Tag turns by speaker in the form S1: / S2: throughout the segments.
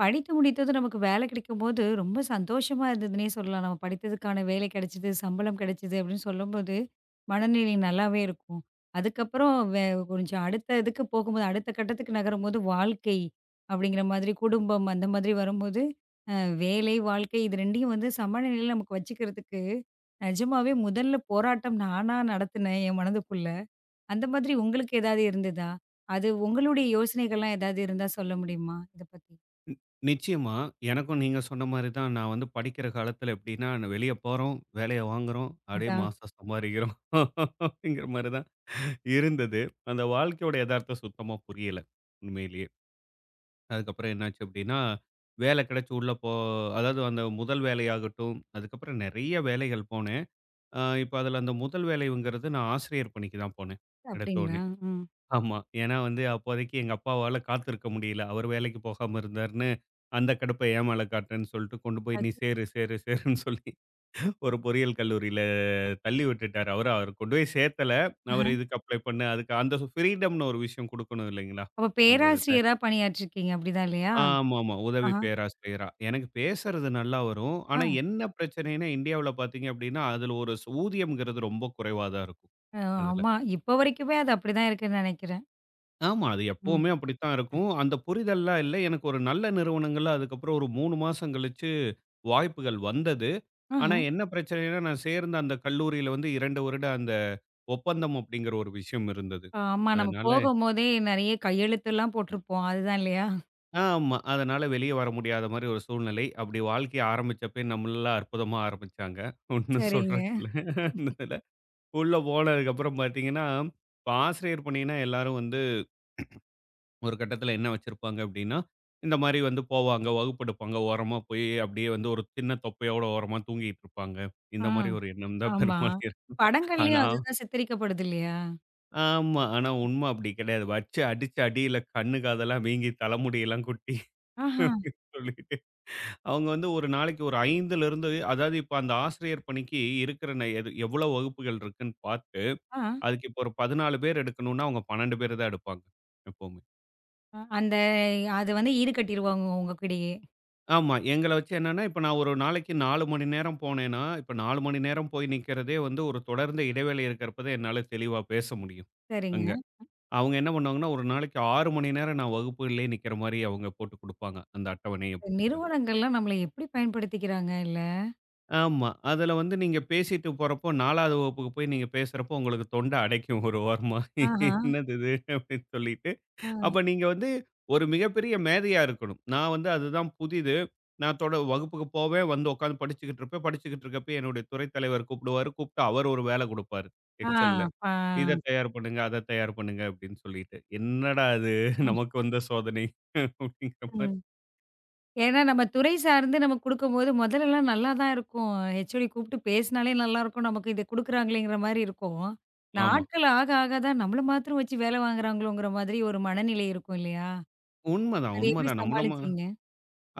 S1: படித்து முடித்ததும் நமக்கு வேலை கிடைக்கும்போது, ரொம்ப சந்தோஷமா இருந்ததுன்னே சொல்லலாம். நம்ம படித்ததுக்கான வேலை கிடைச்சது, சம்பளம் கிடைச்சது அப்படின்னு சொல்லும்போது, மனநிலை நல்லாவே இருக்கும். அதுக்கப்புறம் கொஞ்சம் அடுத்த இதுக்கு போகும்போது, அடுத்த கட்டத்துக்கு நகரும்போது, வாழ்க்கை அப்படிங்கிற மாதிரி குடும்பம் அந்த மாதிரி வரும்போது, அ வேலை, வாழ்க்கை இது 2யும் வந்து சமநிலையில நமக்கு வச்சுக்கிறதுக்கு, நிஜமாவே முதல்ல போராட்டம் நானா நடத்தினேன் என் மனதுக்குள்ள. அந்த மாதிரி உங்களுக்கு ஏதாவது இருந்ததா? அது உங்களுடைய யோசனைகள்லாம் ஏதாவது இருந்தா சொல்ல முடியுமா? இத பத்தி.
S2: நி நிச்சயமா. எனக்கும் நீங்க சொன்ன மாரி தான். நான் வந்து படிக்கிற காலத்துல எப்படின்னா, வெளிய போறோம், வேலைய வாங்குறோம், அப்படியே
S1: அதான்.
S2: மாசம் சம்பாரிக்கிறோம் அப்படிங்கிற மாரி தான் இருந்தது. அந்த வாழ்க்கையோட எதார்த்தம் சுத்தமா புரியல, உண்மையிலேயே. அதுக்கப்புறம் என்னாச்சு அப்படின்னா, வேலை கிடைச்சு உள்ள அதாவது அந்த முதல் வேலையாகட்டும், அதுக்கப்புறம் நெறைய வேலைகள் போனேன். இப்ப அதுல அந்த முதல் வேலைங்கிறது நான் ஆசிரியர் பணிக்கு தான் போனேன்,
S1: அப்டிங்களா?
S2: எடுத்தோனே.
S1: ம்.
S2: ஆமா. ஏன்னா வந்து அப்போதைக்கு எங்க அப்பாவால காத்திருக்க முடியல. அவரு வேலைக்கு போகாம இருந்தாருன்னு, அந்த கடுப்ப என் மேல காட்டுறேன்னு சொல்லிட்டு கொண்டு போய் நீ
S1: ஆச்சு.
S2: சேரு, சேரு, சேருன்னு சொல்லி ஒரு பொறியியல் கல்லூரியில தள்ளி விட்டுட்டாரு. அவரு அவரு கொண்டு போய் சேர்த்தல. அவரு இதுக்கு அப்ளை பண்ணு, அதுக்கு அந்த ஃப்ரீடம்னு ஒரு விஷயம் குடுக்கணும் இல்லைங்களா?
S1: அப்ப
S2: அந்த இதுல.
S1: பேராசிரியரா பணியாற்றிருக்கீங்க அப்படிதான் இல்லையா?
S2: ஆமாமா. உதவி
S1: ஆஹா.
S2: பேராசிரியரா. எனக்கு பேசுறது நல்லா வரும்.
S1: ஆ.
S2: ஆனா என்ன பிரச்சனைன்னா, இந்தியாவுல பார்த்தீங்க அப்டின்னா, அதுல ஒரு ஊதியம்ங்கிறது ரொம்ப குறைவா தான் இருக்கும்.
S1: அ
S2: அதுல.
S1: ஆமா. இப்போ வரைக்குமே அது அப்படிதான் இருக்குன்னு நெனைக்கிறேன்.
S2: ஆமா. அது
S1: ம்.
S2: எப்பவுமே அப்படித்தான் இருக்கும். அந்த புரிதல்லாம் இல்ல. எனக்கு ஒரு நல்ல நிறுவனங்கள்ல அதுக்கப்புறம் ஒரு 3 மாசம் கழிச்சு வாய்ப்புகள் வந்தது. ஆனா
S1: ஆஹா.
S2: என்ன பிரச்சனைன்னா, நான் சேர்ந்த அந்த கல்லூரியில வந்து 2 வருட அந்த ஒப்பந்தம் அப்படிங்கிற ஒரு விஷயம் இருந்தது.
S1: ஆமா, நம்ம
S2: அதனால
S1: போகும்போதே நெறைய கையெழுத்துலாம் போட்டிருப்போம். அதுதான் இல்லையா?
S2: ஆமா. அதனால வெளிய வர முடியாத மாரி ஒரு சூழ்நிலை. அப்படி வாழ்க்கைய ஆரம்பிச்சப்பயே நம்மளலாம் அற்புதமா ஆரம்பிச்சாங்க. ஒண்ணும்
S1: சரிங்க.
S2: சொல்றதுக்கு இல்ல. அந்த இதுல. உள்ள போனதுக்கப்புறம் பார்த்தீங்கன்னா, இப்ப ஆசிரியர் பணின்னா எல்லாரும் வந்து ஒரு கட்டத்துல என்ன வச்சிருப்பாங்க அப்படின்னா, இந்த மாரி வந்து போவாங்க, வகுப்பெடுப்பாங்க. ஓரமா போய் அப்படியே வந்து ஒரு சின்ன தொப்பையோட ஓரமா தூங்கிட்டு இருப்பாங்க.
S1: ஆ.
S2: இந்த மாரி ஒரு எண்ணம் தான்
S1: ஆமா.
S2: பெரும்பாலும் இருக்கும்.
S1: படங்கள்லயும்
S2: ஆனா
S1: அதுதான் சித்தரிக்கப்படுது இல்லையா?
S2: ஆமா. ஆனா உண்மை அப்படி கிடையாது. வச்சு அடிச்ச அடியில கண்ணு, காதெல்லாம் வீங்கி தலைமுடியெல்லாம் கொட்டி
S1: ஆஹா.
S2: அப்படின்னு சொல்லிட்டு, அவங்க வந்து ஒரு நாளைக்கு ஒரு 5லிருந்து அதாவது இப்ப அந்த ஆசிரியர் பணிக்கு இருக்கிற எது எவ்வளோ வகுப்புகள் இருக்குன்னு பார்த்து,
S1: ஆ.
S2: அதுக்கு இப்போ ஒரு 14 பேர் எடுக்கணும்னா அவங்க 12 பேர் தான் எடுப்பாங்க எப்பவுமே.
S1: அந்த அது வந்து ஈடுகட்டிருவாங்க உங்ககிட்டயே.
S2: ஆமா. எங்கள வச்சு என்னன்னா, இப்ப நான் ஒரு நாளைக்கு 4 மணி நேரம் போனேன்னா, இப்ப 4 மணி நேரம் போய் நிக்கிறதே வந்து ஒரு தொடர்ந்து இடைவேளை இருக்கிறப்ப தான் என்னால தெளிவா பேச முடியும், அங்க.
S1: சரிங்க.
S2: அவங்க என்ன பண்ணுவாங்கன்னா, ஒரு நாளைக்கு 6 மணி நேரம் நான் வகுப்புகள்லயே நிக்கிற மாரி அவங்க போட்டு குடுப்பாங்க, அந்த அட்டவணை அப்படிங்கிறது.
S1: நிறுவனங்கள்லாம் நம்மள எப்படி பயன்படுத்திக்கிறாங்க இல்ல?
S2: ஆமா. அதுல வந்து நீங்க பேசிட்டு போறப்போ 4வது வகுப்புக்கு போய் நீங்க பேசுறப்போ உங்களுக்கு தொண்ட அடைக்கும் ஒரு ஓரமா.
S1: ஆஹா.
S2: என்னது இது? அப்படின்னு சொல்லிட்டு
S1: ஆ.
S2: அப்ப நீங்க வந்து ஒரு மிகப்பெரிய மேதையா இருக்கணும். நான் வந்து அதுதான் புதிது. நான் தொட வகுப்புக்கு போவேன், வந்து உட்காந்து படிச்சுக்கிட்டு இருப்பேன். படிச்சுக்கிட்டு இருக்கப்ப என்னுடைய துறை தலைவர் கூப்பிடுவாரு. கூப்பிட்டு அவர் ஒரு வேலை குடுப்பாரு
S1: ஆ.
S2: எக்ஸெல்ல.
S1: பா.
S2: இத தயார் பண்ணுங்க, அத தயார் பண்ணுங்க அப்படின்னு சொல்லிட்டு. என்னடா இது நமக்கு வந்த சோதனை அப்படிங்கிற மாரி.
S1: ம். ஏன்னா, நம்ம துறை சார்ந்து நம்ம குடுக்கும்போது முதல்லலாம் நல்லா தான் இருக்கும். ஹெச்ஓடி கூப்பிட்டு பேசினாலே நல்லாருக்கும். நமக்கு இத குடுக்குறாங்களேங்கிற மாரி இருக்கும்.
S2: ஆமா.
S1: நாட்கள் ஆக ஆக தான் நம்மள மாத்திரம் வச்சு வேலை வாங்குறாங்களோங்கிற மாதிரி ஒரு மனநிலை இருக்கும் இல்லையா?
S2: உண்மதான்,
S1: அது எப்படி
S2: உண்மதான்.
S1: சமாளிச்சீங்க?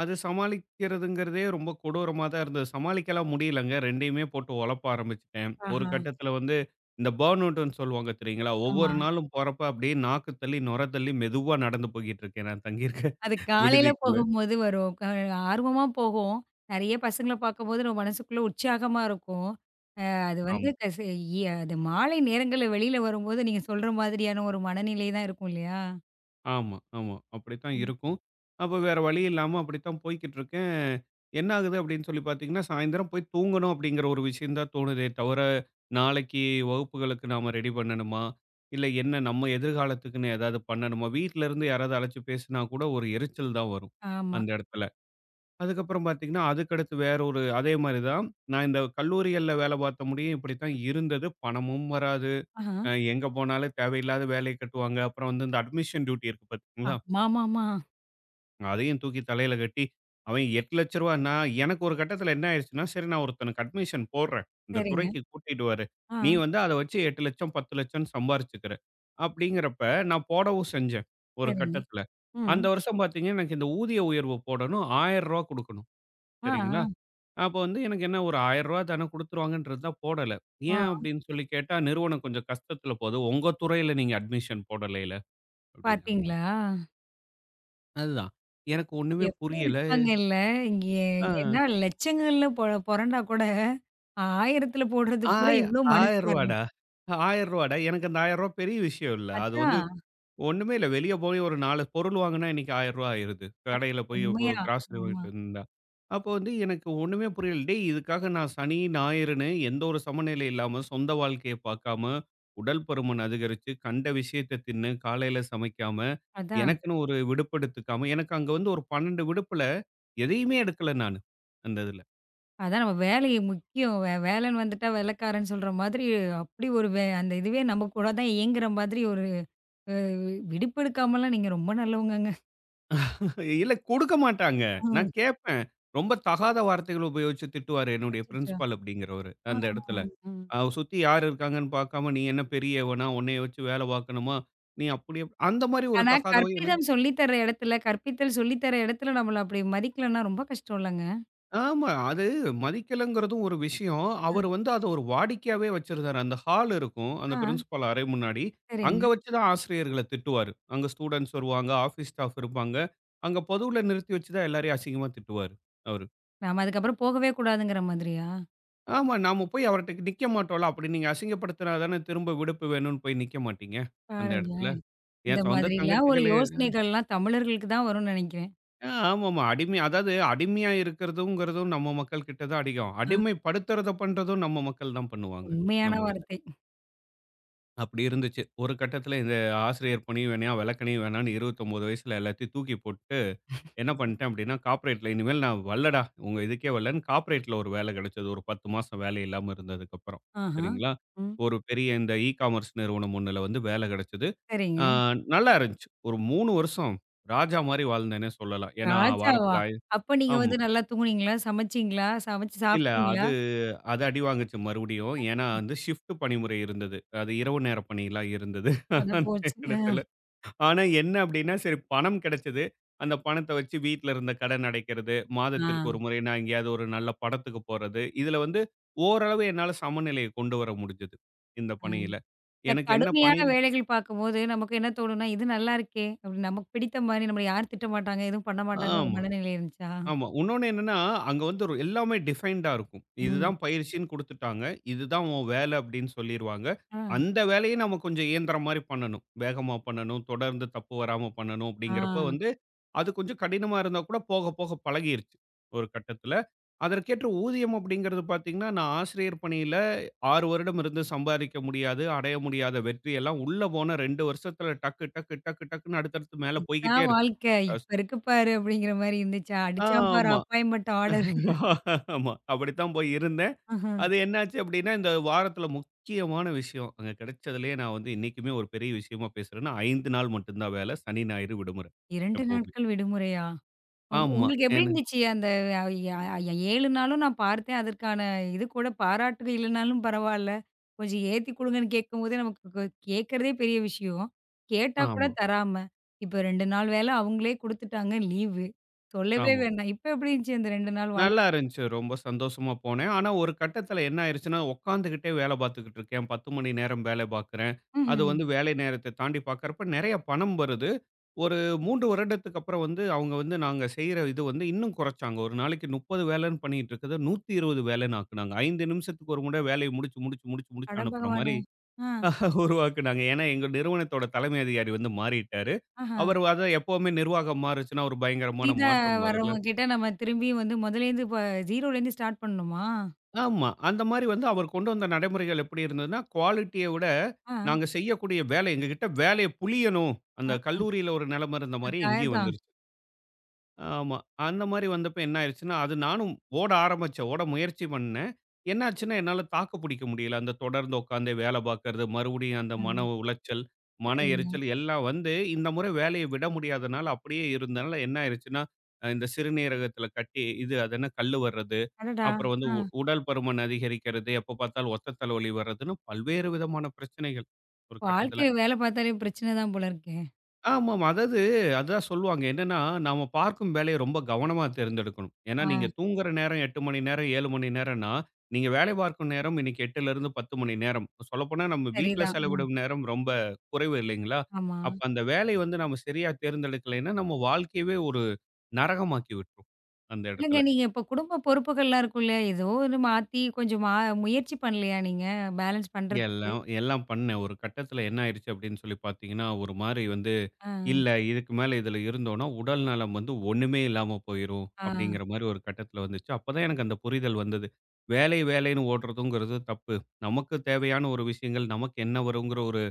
S2: அது சமாளிக்கிறதுங்கிறதே ரொம்ப கொடூரமா தான் இருந்தது. சமாளிக்கலாம் முடியலங்க. 2யுமே போட்டு ஒழப்ப ஆரம்பிச்சுட்டேன். ஒரு
S1: ஆஹா.
S2: கட்டத்தில வந்து இந்த பர்ன் அவுட்டுன்னு சொல்லுவாங்க தெரியுங்களா?
S1: ஆமா.
S2: ஒவ்வொரு நாளும் போறப்ப அப்படியே நாக்கு தள்ளி, நுர தள்ளி மெதுவா நடந்து போய்க்கிட்டு இருக்கேன் நான் தங்கியிருக்க
S1: அது காலையில
S2: விடுதிக்குள்ள.
S1: போகும்போது வரும். ஆர்வமா போகும். நெறைய பசங்கள பார்க்கும்போது நம்ம மனசுக்குள்ள உற்சாகமா இருக்கும். அது வந்து
S2: ஆமா,
S1: அது மாலை நேரங்கள்ல வெளியில வரும்போது நீங்க சொல்ற மாதிரியான ஒரு மனநிலை தான் இருக்கும் இல்லையா?
S2: ஆமா, ஆமா. அப்படித்தான்
S1: ம்.
S2: இருக்கும். அப்ப வேற வழி இல்லாம அப்படித்தான் போய்க்கிட்டு இருக்கேன். என்ன ஆகுது அப்படின்னு சொல்லி பார்த்தீங்கன்னா, சாயந்தரம் போய் தூங்கணும் அப்படிங்கிற ஒரு விஷயம் தான் தோணுதே தவிர, நாளைக்கு வகுப்புகளுக்கு நாம ரெடி பண்ணணுமா? இல்ல என்ன நம்ம எதிர்காலத்துக்குன்னு ஏதாவது பண்ணணுமா? வீட்ல இருந்து யாராவது அழைச்சு பேசினா கூட ஒரு எரிச்சல் தான் வரும்,
S1: ஆமா.
S2: அந்த இடத்துல. அதுக்கப்புறம் பார்த்தீங்கன்னா, அதுக்கடுத்து வேற ஒரு அதே மாரி தான். நான் இந்த கல்லூரிகள்ல வேலை பார்த்த முடியும் இப்படித்தான் இருந்தது. பணமும் வராது.
S1: ஆஹா.
S2: எங்க போனாலும் தேவையில்லாத வேலைய கட்டுவாங்க. அப்புறம் வந்து இந்த அட்மிஷன் டியூட்டி இருக்கு பார்த்தீங்களா?
S1: ஆமாமாமா.
S2: அதையும் தூக்கி தலையில கட்டி, அவன் ரூ. 8,00,000ன்னா எனக்கு ஒரு கட்டத்தில என்ன ஆயிடுச்சுன்னா, சரி நான் ஒருத்தனுக்கு அட்மிஷன் போடுறேன். இந்த
S1: சரிங்க.
S2: துறைக்கு கூட்டிடுவாரு.
S1: ஆ,
S2: நீ வந்து அத வச்சு 8,00,000 10,00,000ன்னு சம்பாரிச்சுக்கிற. அப்படிங்கிறப்ப நான் போடவும் செஞ்சேன், ஒரு
S1: சரிங்க.
S2: கட்டத்தில.
S1: ம்.
S2: அந்த வருஷம் பார்த்தீங்கன்னா, எனக்கு இந்த ஊதிய உயர்வு போடணும். ரூ. 1,000 குடுக்கணும். சரிங்களா?
S1: ஆ,
S2: அப்போ வந்து எனக்கு என்ன ஒரு ரூ. 1,000 தானே குடுத்துருவாங்கன்றது தான் போடல.
S1: ஆ,
S2: ஏன்
S1: ஆ.
S2: அப்படின்னு சொல்லி கேட்டா, நிறுவனம் கொஞ்சம் கஷ்டத்தில போது. உங்க துறையில நீங்க அட்மிஷன் போடலைல அப்படின்னாங்க.
S1: பாத்தீங்களா?
S2: அதுதான். எனக்கு ஒண்ணுமே
S1: எப்படி
S2: புரியல.
S1: இருக்காங்கல்ல. எ
S2: ஆ.
S1: ஏன்னா லட்சங்கள்ல பொரண்டா கூட 1000த்துல போடுறதுக்கு கூட
S2: ஆய ரூ.
S1: இவ்ளோ மனசு
S2: 1,000 ரூ.
S1: வரல.
S2: 1,000 எனக்கு அந்த ரூ. 1,000 பெரிய விஷயம் இல்ல. அது வந்து
S1: அதான்.
S2: ஒண்ணுமே இல்ல. வெளிய போய் ஒரு 4 பொருள் வாங்குனா இன்னைக்கு ரூ. 1,000 ஆயிருது. கடையில போய் இப்போ
S1: உண்மையா.
S2: கிராசரி
S1: ஆமா.
S2: வாங்கிட்டு இருந்தா. அப்போ வந்து எனக்கு ஒண்ணுமே புரியல. டேய் இதுக்காக நான் சனி, ஞாயிறுன்னு எந்த ஒரு சமநிலை இல்லாம, சொந்த வாழ்க்கைய பார்க்காம, உடல் பருமன் அதிகரிச்சு, கண்ட விஷயத்த தின்னு, காலையில சமைக்காம,
S1: அதான்.
S2: எனக்குன்னு ஒரு விடுப்பு எடுத்துக்காம, எனக்கு அங்க வந்து ஒரு 12 விடுப்புல எதையுமே எடுக்கல நானு. அந்த இதுல.
S1: அதான் நம்ம வேலைய முக்கியம். வேலைன்னு வந்துட்டா வேலைக்காரன்னு சொல்ற மாதிரி அப்படி ஒரு அந்த இதுவே நம்ம கூட தான் இயங்குற மாதிரி ஒரு விடுப்பு எடுக்காமலாம் நீங்க ரொம்ப நல்லவங்கங்க.
S2: இல்ல குடுக்க மாட்டாங்க.
S1: ம்.
S2: நான் கேட்பேன். ரொம்ப தகாத வார்த்தைகள் உபயோகிச்சு திட்டுவாரு என்னுடைய
S1: அச்சச்சோ!
S2: பிரின்சிபால் அப்படிங்கிறவரு,
S1: ஆ,
S2: அந்த
S1: ஆ.
S2: இடத்துல.
S1: ம்.
S2: அவ சுத்தி யார் இருக்காங்கன்னு பார்க்காம, "நீ என்ன பெரியவனா? உன்னைய வச்சு வேலை பார்க்கணுமா? நீ அப்படி" அப்படி- அந்த மாரி ஒரு
S1: ஆனா,
S2: தகாத எனக்கு
S1: கற்பிதம் சொல்லி தர இடத்துல கற்பித்தல் சொல்லி தர இடத்துல நம்மள அப்படி மதிக்கலன்னா ரொம்ப கஷ்டம் இல்லங்க?
S2: ஆமா. அது மதிக்கலங்கிறதும் ஒரு விஷயம். அவரு வந்து அத ஒரு வாடிக்கையாவே வச்சிருந்தாரு. அந்த ஹால் இருக்கும். அந்த
S1: ஆ,
S2: பிரின்சிபால் அறை முன்னாடி. அங்க
S1: சரிங்க.
S2: வச்சு தான் ஆசிரியர்கள திட்டுவாரு. அங்க ஸ்டூடண்ட்ஸ் வருவாங்க, ஆஃபீஸ் ஸ்டாஃப் இருப்பாங்க. அங்க பொதுவுல நிறுத்தி வச்சு தான் எல்லாரையும் அசிங்கமா திட்டுவாரு அவரு.
S1: நாம அதுக்கப்புறம் போகவே கூடாதுங்கிற மாதிரியா?
S2: ஆமா. நாம போய் அவர்ட்ட நிக்க மாட்டோம்ல. அப்படி நீங்க அசிங்கப்படுத்தினா தானே திரும்ப விடுப்பு வேணும்னு போய் நிக்க மாட்டீங்க, அந்த இடத்துல.
S1: பாருங்களேன். இந்த
S2: என் சொந்த
S1: மாதிரிலாம் ஒரு
S2: தங்கச்சிகளே
S1: யோசனைகள்லாம் தமிழர்களுக்கு தான் வரும்னு நெனைக்கிறேன்.
S2: ஆமாமா. அடிமை அதாவது அடிமையா இருக்கிறதுங்கிறதும் நம்ம மக்கள் கிட்ட தான் அதிகம்.
S1: ஆ,
S2: அடிமைப்படுத்துறத பண்றதும் நம்ம மக்கள் தான் பண்ணுவாங்க,
S1: உண்மையான
S2: நம்மகிட்ட.
S1: வார்த்தை.
S2: அப்படி இருந்துச்சு. ஒரு கட்டத்தில இந்த ஆசிரியர் பணி வேணாம், விளக்கணி வேணாம்னு 29 வயசுல எல்லாத்தையும் தூக்கி போட்டு என்ன பண்ணிட்டேன் அப்படின்னா, கார்ப்பரேட்ல இனிமேல் நான் வரலடா, உங்க இதுக்கே வரலன்னு கார்ப்பரேட்ல ஒரு வேலை கிடைச்சது. ஒரு 10 மாசம் வேலை இல்லாம இருந்ததுக்கப்புறம்.
S1: ஆஹா.
S2: சரிங்களா?
S1: ம்.
S2: ஒரு பெரிய இந்த இ-காமர்ஸ் நிறுவனம் ஒண்ணுல வந்து வேலை கிடைச்சது.
S1: சரிங்க.
S2: ஆ நல்லா இருந்துச்சு. ஒரு 3 வருஷம் ராஜா மாரி வாழ்ந்தேன்னே சொல்லலாம். ஏன்னா
S1: ராஜாவா?
S2: வாரத்தில ஆயி
S1: அப்ப நீங்க
S2: ஆமா.
S1: வந்து நல்லா தூங்குனீங்களா? சமைச்சீங்களா? சமைச்சு
S2: இல்ல
S1: சாப்பிட்டீங்களா?
S2: அது அது அடி வாங்குச்சு மறுபடியும். ஏன்னா வந்து ஷிஃப்ட் பணிமுறை இருந்தது. அது இரவு நேர பணிலாம் இருந்தது.
S1: அட
S2: அந்த
S1: போச்சு.
S2: இடத்துல. ஆனா என்ன அப்டின்னா, சரி பணம் கெடைச்சது. அந்த பணத்த வச்சு வீட்ல இருந்த கடன் அடைக்கிறது, மாதத்திற்கு
S1: அ.
S2: ஒரு முறை நான் எங்கேயாவது ஒரு நல்ல படத்துக்கு போறது. இதுல வந்து ஓரளவு என்னால சமநிலைய கொண்டு வர முடிஞ்சது, இந்த
S1: ஆ.
S2: பணியில.
S1: இந்த
S2: எனக்கு என்ன பணி
S1: கடுமையான வேலைகள் பார்க்கும்போது, நமக்கு என்ன தோணும்னா, "இது நல்லாருக்கே!" அப்படின்னு நமக்கு பிடித்த மாரி நம்மள யாரும் திட்ட மாட்டாங்க, எதுவும் பண்ண மாட்டாங்கன்னு உங்க
S2: ஆமா.
S1: மனநிலை இருந்துச்சா?
S2: ஆமா. உன்னொன்னு என்னன்னா, அங்க வந்து ஒரு எல்லாமே டிஃபைன்டா இருக்கும்.
S1: ம்.
S2: இதுதான் பயிற்சின்னு குடுத்துட்டாங்க. இதுதான் உன் வேலை அப்படின்னு சொல்லிருவாங்க.
S1: ஆ,
S2: அந்த வேலையும் நம்ம கொஞ்சம் இயந்திரம் மாரி பண்ணணும். வேகமா பண்ணணும், தொடர்ந்து தப்பு வராம பண்ணணும்
S1: ஆ,
S2: அப்படிங்கிறப்ப வந்து, அது கொஞ்சம் கடினமா இருந்தா கூட போக போக பழகிருச்சு, ஒரு கட்டத்துல. அதற்கேற்ற ஊதியம் அப்படிங்கிறது பார்த்தீங்கன்னா, நான் ஆசிரியர் பணியில 6 வருடம் இருந்து சம்பாதிக்க முடியாது, அடைய முடியாத வெற்றியெல்லாம் உள்ள போன 2 வருஷத்துல டக்கு, டக்கு, டக்கு, டக்குன்னு அடுத்தடுத்து மேல போய்க்கிட்டே
S1: "இதான்
S2: இருக்கு.
S1: வாழ்க்கை,
S2: அஸ்
S1: இப்ப இருக்கு பாரு" அப்படிங்கிற மாரி இருந்துச்சா? "அடிச்சா பாரு
S2: ஆமா.
S1: Appointment order."
S2: ஆமா. அப்படித்தான் போய் இருந்தேன்.
S1: ஆஹ.
S2: அது என்னாச்சு அப்படின்னா, இந்த வாரத்தில முக்கியமான விஷயம். அங்க கிடைச்சதிலேயே நான் வந்து இன்னைக்குமே ஒரு பெரிய விஷயமா பேசுறேன்னா, 5 நாள் மட்டும் தான் வேலை. சனி, ஞாயிறு விடுமுறை
S1: 2
S2: எப்பவுமே.
S1: நாட்கள் விடுமுறையா?
S2: ஆமா.
S1: உங்களுக்கு எப்படி
S2: ஏன்னு
S1: இருந்துச்சு? அந்த அ ய அ 7 நாளும் நான் பார்த்தேன். அதற்கான இது கூட பாராட்டு இல்லனாலும் பரவால்ல. கொஞ்சம் ஏத்தி குடுங்கன்னு கேட்கும்போதே நமக்கு கேட்கறதே பெரிய விஷயம். கேட்டா கூட
S2: ஆமா,
S1: தராம. இப்ப 2 நாள் வேல அவங்களே குடுத்துட்டாங்க லீவு. சொல்லவே
S2: ஆமா.
S1: வேண்டாம். இப்ப எப்படி இருந்துச்சு அந்த 2 நாள் வாழ்க்கை?
S2: நல்லா இருந்துச்சு. ரொம்ப சந்தோஷமா போனேன். ஆனா, ஒரு கட்டத்தில என்ன ஆயிருச்சுன்னா, உட்காந்துக்கிட்டே வேலை பார்த்துக்கிட்டு இருக்கேன். 10 மணி நேரம் வேலை பார்க்குறேன். அது
S1: ம்ஹ்ம்.
S2: வந்து வேலை நேரத்த தாண்டி பார்க்குறப்ப நெறைய பணம் வருது. ஒரு 3 வருடத்துக்கு அப்புறம் வந்து அவங்க வந்து நாங்க செய்ற இது வந்து இன்னும் குறைச்சாங்க. ஒரு நாளைக்கு 30 வேலைன்னு பண்ணிட்டு இருக்கத 120 வேலைன்னு ஆக்குனாங்க. 5 நிமிஷத்துக்கு ஒரு முறை வேலைய முடிச்சு, முடிச்சு, முடிச்சு,
S1: அட
S2: முடிச்சு அனுப்புற மாரி
S1: பகவானே! ஆ.
S2: உருவாக்குனாங்க. ஏன்னா, எங்க நிறுவனத்தோட தலைமை அதிகாரி வந்து மாறிட்டாரு.
S1: ஆஹா.
S2: அவர் அதான் எப்பவுமே நிர்வாகம் மாறுச்சுன்னா, ஒரு பயங்கரமான
S1: புதிதா
S2: மாற்றம் வரும்ல.
S1: வரவங்க கிட்ட நம்ம திரும்பியும் வந்து முதலேருந்து இப்ப 0லேருந்து ஸ்டார்ட் பண்ணணுமா?
S2: ஆமா. அந்த மாரி வந்து அவர் கொண்டு வந்த நடைமுறைகள் எப்படி இருந்ததுன்னா, குவாலிட்டிய விட
S1: ஆ.
S2: நாங்க செய்யக்கூடிய வேலை எங்ககிட்ட வேலைய புழியணும். அந்த
S1: அ.
S2: கல்லூரியில ஒரு நிலைமை இருந்த மாரி
S1: அது
S2: இங்கேயும்
S1: அதான்.
S2: வந்துருச்சு. ஆமா. அந்த மாரி வந்தப்ப என்ன ஆயிருச்சுன்னா, அது நானும் ஓட ஆரம்பிச்சேன். ஓட முயற்சி பண்ணேன். என்ன ஆச்சுன்னா, என்னால தாக்கு பிடிக்க முடியல. அந்த தொடர்ந்து உட்காந்தே வேலை பார்க்கறது, மறுபடியும் அந்த மன
S1: ம்.
S2: உளைச்சல், மன
S1: சரிங்க.
S2: எரிச்சல் எல்லாம் வந்து இந்த முறை வேலைய விட முடியாதனால அப்படியே இருந்தனால என்ன ஆயிருச்சுன்னா, இந்த சிறுநீரகத்துல கட்டி இது அது என்ன கல்லு வர்றது,
S1: அடடா!
S2: அப்புறம் வந்து
S1: ஆ.
S2: உடல் பருமன் அதிகரிக்கிறது, எப்ப பார்த்தாலும் ஒத்த தலைவலி வர்றதுன்னு பல்வேறு விதமான பிரச்சனைகள் ஒரு கட்டத்துல.
S1: வாழ்க்கையில வேல பார்த்தாலே பிரச்சனை தான் போல இருக்கே!
S2: ஆமாமா. அதாவது அதான் சொல்லுவாங்க. என்னன்னா, நாம பார்க்கும் வேலைய ரொம்ப கவனமா தேர்ந்தெடுக்கணும். ஏன்னா,
S1: ஆ,
S2: நீங்க தூங்குற நேரம் 8 மணி நேரம், 7 மணி நேரம்னா, நீங்க வேலை பார்க்கும் நேரம் இன்னைக்கு 8லேருந்து 10 மணி நேரம். சொல்லப்போனா நம்ம வீட்ல
S1: சரிதான்.
S2: செலவிடும் நேரம் ரொம்ப குறைவு இல்லைங்களா?
S1: ஆமா.
S2: அப்ப அந்த வேலைய வந்து நம்ம சரியா தேர்ந்தெடுக்கலைன்னா, நம்ம வாழ்க்கையவே ஒரு நரகமாக்கி விட்டுரும். அந்த
S1: இல்லங்க
S2: இடத்துல.
S1: நீங்க இப்ப குடும்ப பொறுப்புகள்லாம் இருக்கும்ல, ஏதோ ஒண்ணு மாத்தி கொஞ்சம் முயற்சி பண்ணலையா நீங்க பேலன்ஸ் பண்றதுக்கு?
S2: எல்லாம் எல்லாம் பண்ணேன். ஒரு கட்டத்தில என்ன ஆயிடுச்சு அப்படின்னு சொல்லி பார்த்தீங்கன்னா, ஒரு மாரி வந்து
S1: ஆ,
S2: இல்ல. இதுக்கு மேல இதுல இருந்தோம்னா, உடல் நலம் வந்து ஒண்ணுமே இல்லாம போயிரும்.
S1: ஆ.
S2: அப்படிங்கிற மாரி ஒரு கட்டத்துல வந்துச்சு. அப்பதான் எனக்கு அந்த புரிதல் வந்தது. வேலை வேலைன்னு ஓடுறதுங்கிறது தப்பு. நமக்கு தேவையான ஒரு விஷயங்கள் நமக்கு என்ன வருங்கிற ஒரு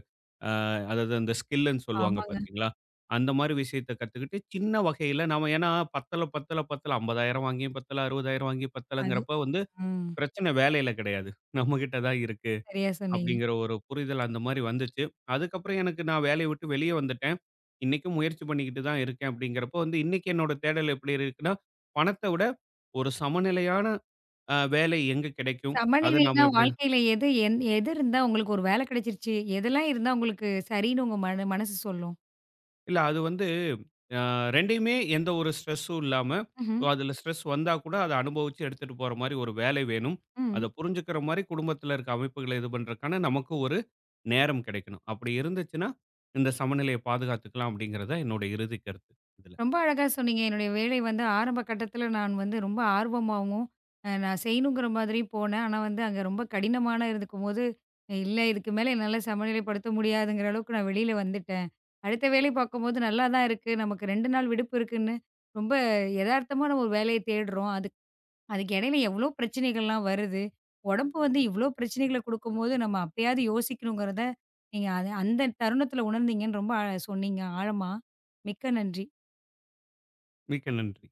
S2: அ அதாவது அந்த ஸ்கில்ன்னு சொல்லுவாங்க
S1: ஆமாங்க.
S2: பார்த்தீங்களா? அந்த மாரி விஷயத்த கத்துக்கிட்டு சின்ன வகையில நாம ஏன்னா பத்தல, பத்தல, பத்தல 50,000 வாங்கியும் பத்தல, 60,000 வாங்கியும்
S1: அது.
S2: பத்தலங்கிறப்ப வந்து
S1: ம்.
S2: பிரச்சனை வேலையில கிடையாது. நம்மகிட்ட தான் இருக்கு.
S1: சரியா சொன்னீங்க.
S2: அப்படிங்கிற ஒரு புரிதல் அந்த மாரி வந்துச்சு. அதுக்கப்புறம் எனக்கு நான் வேலைய விட்டு வெளிய வந்துட்டேன். இன்னைக்கும் முயற்சி பண்ணிக்கிட்டு தான் இருக்கேன் அப்படிங்கிறப்போ வந்து இன்னைக்கு என்னோட தேடல் எப்படி இருக்குன்னா, பணத்த விட ஒரு சமநிலையான வேலை எங்க கிடைக்கும்? அத
S1: சமநிலைன்னா
S2: நாம எப்படி
S1: வாழ்க்கையில எது எது இருந்தா உங்களுக்கு ஒரு வேலை கிடைச்சிருச்சு, எதெல்லாம் இருந்தா உங்களுக்கு சரின்னு உங்க மனசு சொல்லும்?
S2: இல்ல அது வந்து அ 2யுமே எந்த ஒரு ஸ்ட்ரெஸ்ஸும் இல்லாம,
S1: ம்ஹ்ம்.
S2: அதுல ஸ்ட்ரெஸ் வந்தா கூட அத அனுபவிச்சு எடுத்துட்டு போற மாரி ஒரு வேலை வேணும்.
S1: ம்.
S2: அத புரிஞ்சுக்கிற மாரி குடும்பத்துல இருக்க அமைப்புகள இது பண்றதுக்கான நமக்கு ஒரு நேரம் கிடைக்கணும். அப்படி இருந்துச்சுன்னா, இந்த சமநிலைய பாதுகாத்துக்கலாம் அப்படிங்கிறது தான் என்னோட இறுதி கருத்து.
S1: ரொம்ப அழகா சொன்னீங்க. என்னுடைய வேலை வந்து ஆரம்ப கட்டத்தில நான் வந்து ரொம்ப ஆர்வமாவும், நான் செய்யணுங்கிற மாதிரி போனேன். ஆனா வந்து அங்க ரொம்ப கடினமான இருக்கும்போது, இல்ல இதுக்கு மேல என்னால சமநிலைப்படுத்த முடியாதுங்கிற அளவுக்கு நான் வெளியில வந்துட்டேன். அடுத்த வேலை பார்க்கும்போது நல்லா தான் இருக்கு. நமக்கு 2 நாள் விடுப்பு இருக்குன்னு, ரொம்ப எதார்த்தமா நம்ம ஒரு வேலைய தேடுறோம். அதுக்கு இடையில எவ்வளோ பிரச்சனைகள்லாம் வருது. உடம்பு வந்து இவ்வளோ பிரச்சனைகள குடுக்கும்போது, நம்ம அப்பயாவது யோசிக்கணுங்கிறத, நீங்க அது அந்த தருணத்தில உணர்ந்தீங்கன்னு ரொம்ப சொன்னீங்க ஆழமா. மிக்க நன்றி.
S2: மிக்க நன்றி.